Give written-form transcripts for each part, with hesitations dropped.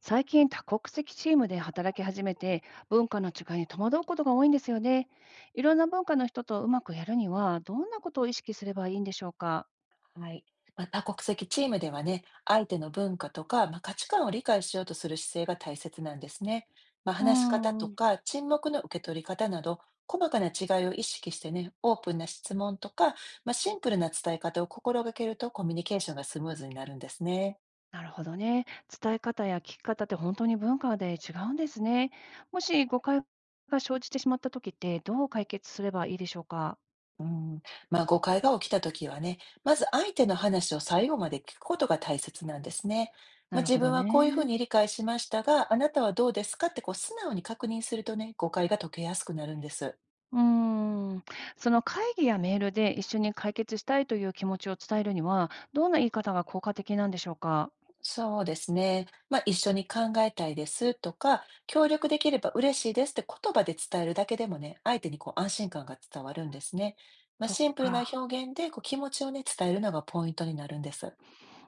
最近多国籍チームで働き始めて文化の違いに戸惑うことが多いんですよね。いろんな文化の人とうまくやるにはどんなことを意識すればいいんでしょうか？はい。多国籍チームではね、相手の文化とか、価値観を理解しようとする姿勢が大切なんですね。うー話し方とん、か沈黙の受け取り方など、細かな違いを意識してね、オープンな質問とか、シンプルな伝え方を心がけるとコミュニケーションがスムーズになるんですね。なるほどね。伝え方や聞き方って本当に文化で違うんですね。もし誤解が生じてしまった時ってどう解決すればいいでしょうか？うん、誤解が起きたときはね、まず相手の話を最後まで聞くことが大切なんですね。なる自ほ分どはこういうふうね。に理解しましたが、あなたはどうですかってこう素直に確認するとね、誤解が解けやすくなるんです。うーん、その会議やメールで一緒に解決したいという気持ちを伝えるにはどんな言い方が効果的なんでしょうか？そうですね。一緒に考えたいですとか、協力できれば嬉しいですって言葉で伝えるだけでもね、相手にこう安心感が伝わるんですね。そっシンプルなか。表現でこう気持ちをね、伝えるのがポイントになるんです。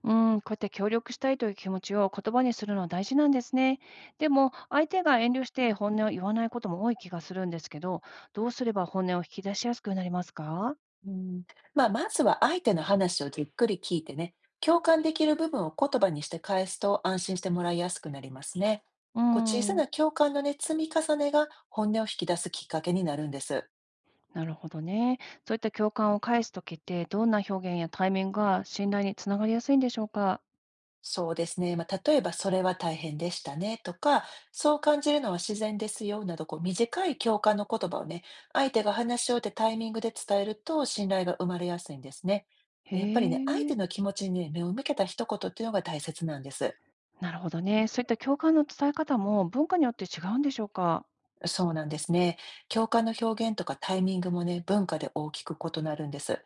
うん、こうやって協力したいという気持ちを言葉にするのは大事なんですね。でも、相手が遠慮して本音を言わないことも多い気がするんですけど、どうすれば本音を引き出しやすくなりますか？うん、まずは相手の話をじっくり聞いてね、共感できる部分を言葉にして返すと安心してもらいやすくなりますね。うこう小さん、な共感のね、積み重ねが本音を引き出すきっかけになるんです。なるほどね。そういった共感を返すときって、どんな表現やタイミングが信頼につながりやすいんでしょうか？そうですね。例えば、それは大変でしたねとか、そう感じるのは自然ですよなど、こう短い共感の言葉をね、相手が話し終えてタイミングで伝えると信頼が生まれやすいんですね。へやっぱりね、相え、手の気持ちにね目を向けた一言っていうのが大切なんです。なるほどね。そういった共感の伝え方も文化によって違うんでしょうか？そうなんですね。共感の表現とかタイミングもね、文化で大きく異なるんです。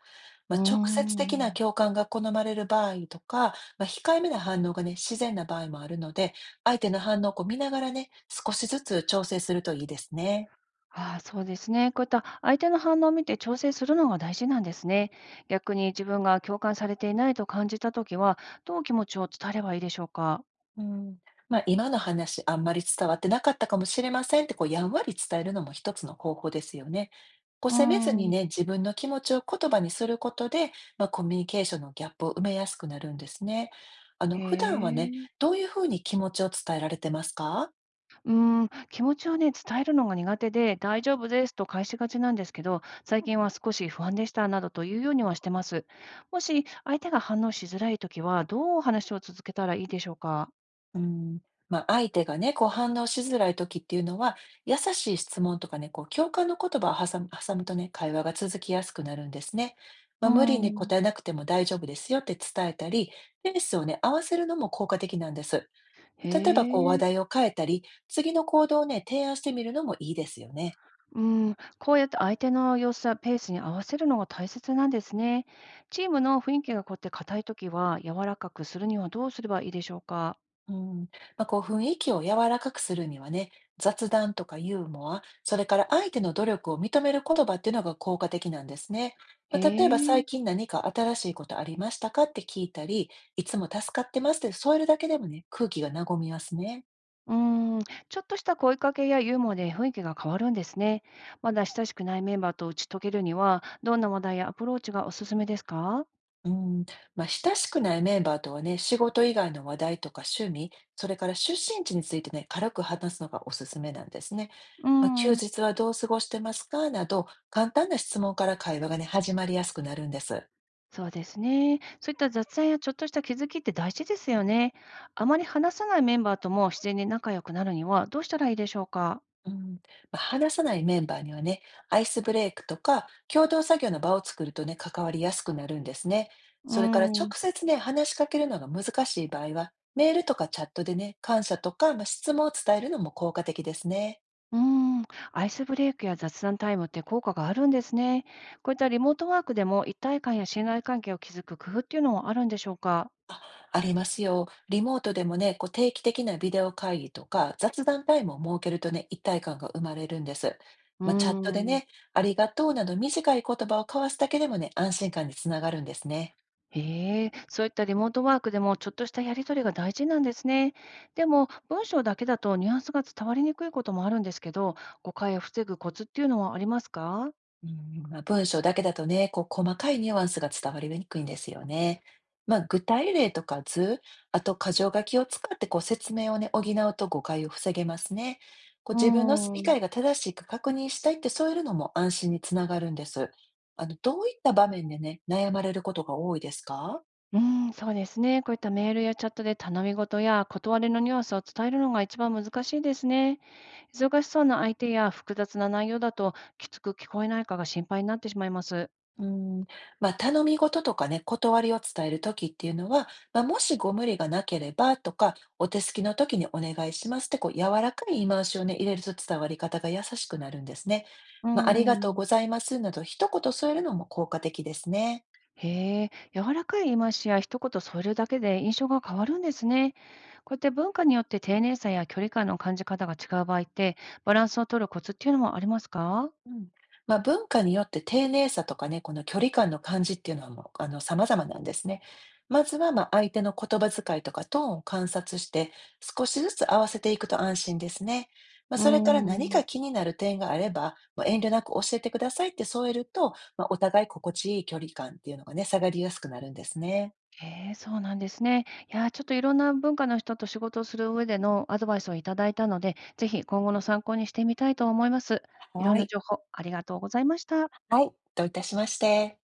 うー直接的なん。共感が好まれる場合とか、控えめな反応がね、自然な場合もあるので、相手の反応をこう見ながらね、少しずつ調整するといいですね。ああ、そうですね。こういった相手の反応を見て調整するのが大事なんですね。逆に自分が共感されていないと感じたときは、どう気持ちを伝えればいいでしょうか。うん。今の話、あんまり伝わってなかったかもしれませんって、こう、やんわり伝えるのも一つの方法ですよね。こう、うー責めずにん。ね、自分の気持ちを言葉にすることで、コミュニケーションのギャップを埋めやすくなるんですね。あの、へ普段はね、え。どういうふうに気持ちを伝えられてますか？うーん。気持ちをね、伝えるのが苦手で、大丈夫ですと返しがちなんですけど、最近は少し不安でしたなどというようにはしてます。もし相手が反応しづらいときは、どうお話を続けたらいいでしょうか。うん、相手がね、こう反応しづらい時っていうのは、優しい質問とかね、こう共感の言葉を挟むとね、会話が続きやすくなるんですね。うー無理にん。答えなくても大丈夫ですよって伝えたり、ペースをね、合わせるのも効果的なんです。へ例えばこう話え。題を変えたり、次の行動をね、提案してみるのもいいですよね。うん、こうやって相手の様子やペースに合わせるのが大切なんですね。チームの雰囲気がこうやって硬いときは、柔らかくするにはどうすればいいでしょうか。うん、こう雰囲気を柔らかくするにはね、雑談とかユーモア、それから相手の努力を認める言葉っていうのが効果的なんですね。へ例えばえ。最近何か新しいことありましたかって聞いたり、いつも助かってますって添えるだけでもね、空気が和みますね。うん、ちょっとした声かけやユーモアで雰囲気が変わるんですね。まだ親しくないメンバーと打ち解けるには、どんな話題やアプローチがおすすめですか？うん、親しくないメンバーとはね、仕事以外の話題とか趣味、それから出身地についてね、軽く話すのがおすすめなんですね。う休ん、日はどう過ごしてますか？など、簡単な質問から会話がね、始まりやすくなるんです。そうですね。そういった雑談やちょっとした気づきって大事ですよね。あまり話さないメンバーとも自然に仲良くなるにはどうしたらいいでしょうか？うん、話さないメンバーにはね、アイスブレイクとか、共同作業の場を作るとね、関わりやすくなるんですね。うそれから直ん。接ね、話しかけるのが難しい場合は、メールとかチャットでね、感謝とか、質問を伝えるのも効果的ですね。うーん、アイスブレイクや雑談タイムって効果があるんですね。こういったリモートワークでも一体感や信頼関係を築く工夫っていうのもあるんでしょうか？ありますよ。リモートでもね、こう定期的なビデオ会議とか雑談タイムを設けるとね、一体感が生まれるんです。うーチャットでん。ね、ありがとうなど短い言葉を交わすだけでもね、安心感につながるんですね。へえ、そういったリモートワークでもちょっとしたやりとりが大事なんですね。でも文章だけだとニュアンスが伝わりにくいこともあるんですけど、誤解を防ぐコツっていうのはありますか？うん、文章だけだとね、こう細かいニュアンスが伝わりにくいんですよね。具体例とか図、あと箇条書きを使ってこう説明をね、補うと誤解を防げますね。こうう自分のー理解ん。が正しいか確認したいってそういうのも安心につながるんです。あの、どういった場面でね、悩まれることが多いですか？うーん、そうですね。こういったメールやチャットで頼み事や断りのニュアンスを伝えるのが一番難しいですね。忙しそうな相手や複雑な内容だと、きつく聞こえないかが心配になってしまいます。うん、頼み事とかね、断りを伝える時っていうのは、もしご無理がなければとか、お手すきの時にお願いしますって、こう柔らかい言い回しをね、入れると伝わり方が優しくなるんですね。うーありがとうん。ございますなど一言添えるのも効果的ですね。へえ、柔らかい言い回しや一言添えるだけで印象が変わるんですね。こうやって文化によって丁寧さや距離感の感じ方が違う場合って、バランスを取るコツっていうのもありますか？うん。文化によって丁寧さとかね、この距離感の感じっていうのはもう、あの、様々なんですね。まずは、相手の言葉遣いとかトーンを観察して、少しずつ合わせていくと安心ですね。うそれーから何かん。気になる点があれば、もう遠慮なく教えてくださいって添えると、お互い心地いい距離感っていうのがね、下がりやすくなるんですね。へえ、そうなんですね。いやー、ちょっといろんな文化の人と仕事をする上でのアドバイスをいただいたので、ぜひ今後の参考にしてみたいと思います。いろんはない。情報ありがとうございました。はい、どういたしまして。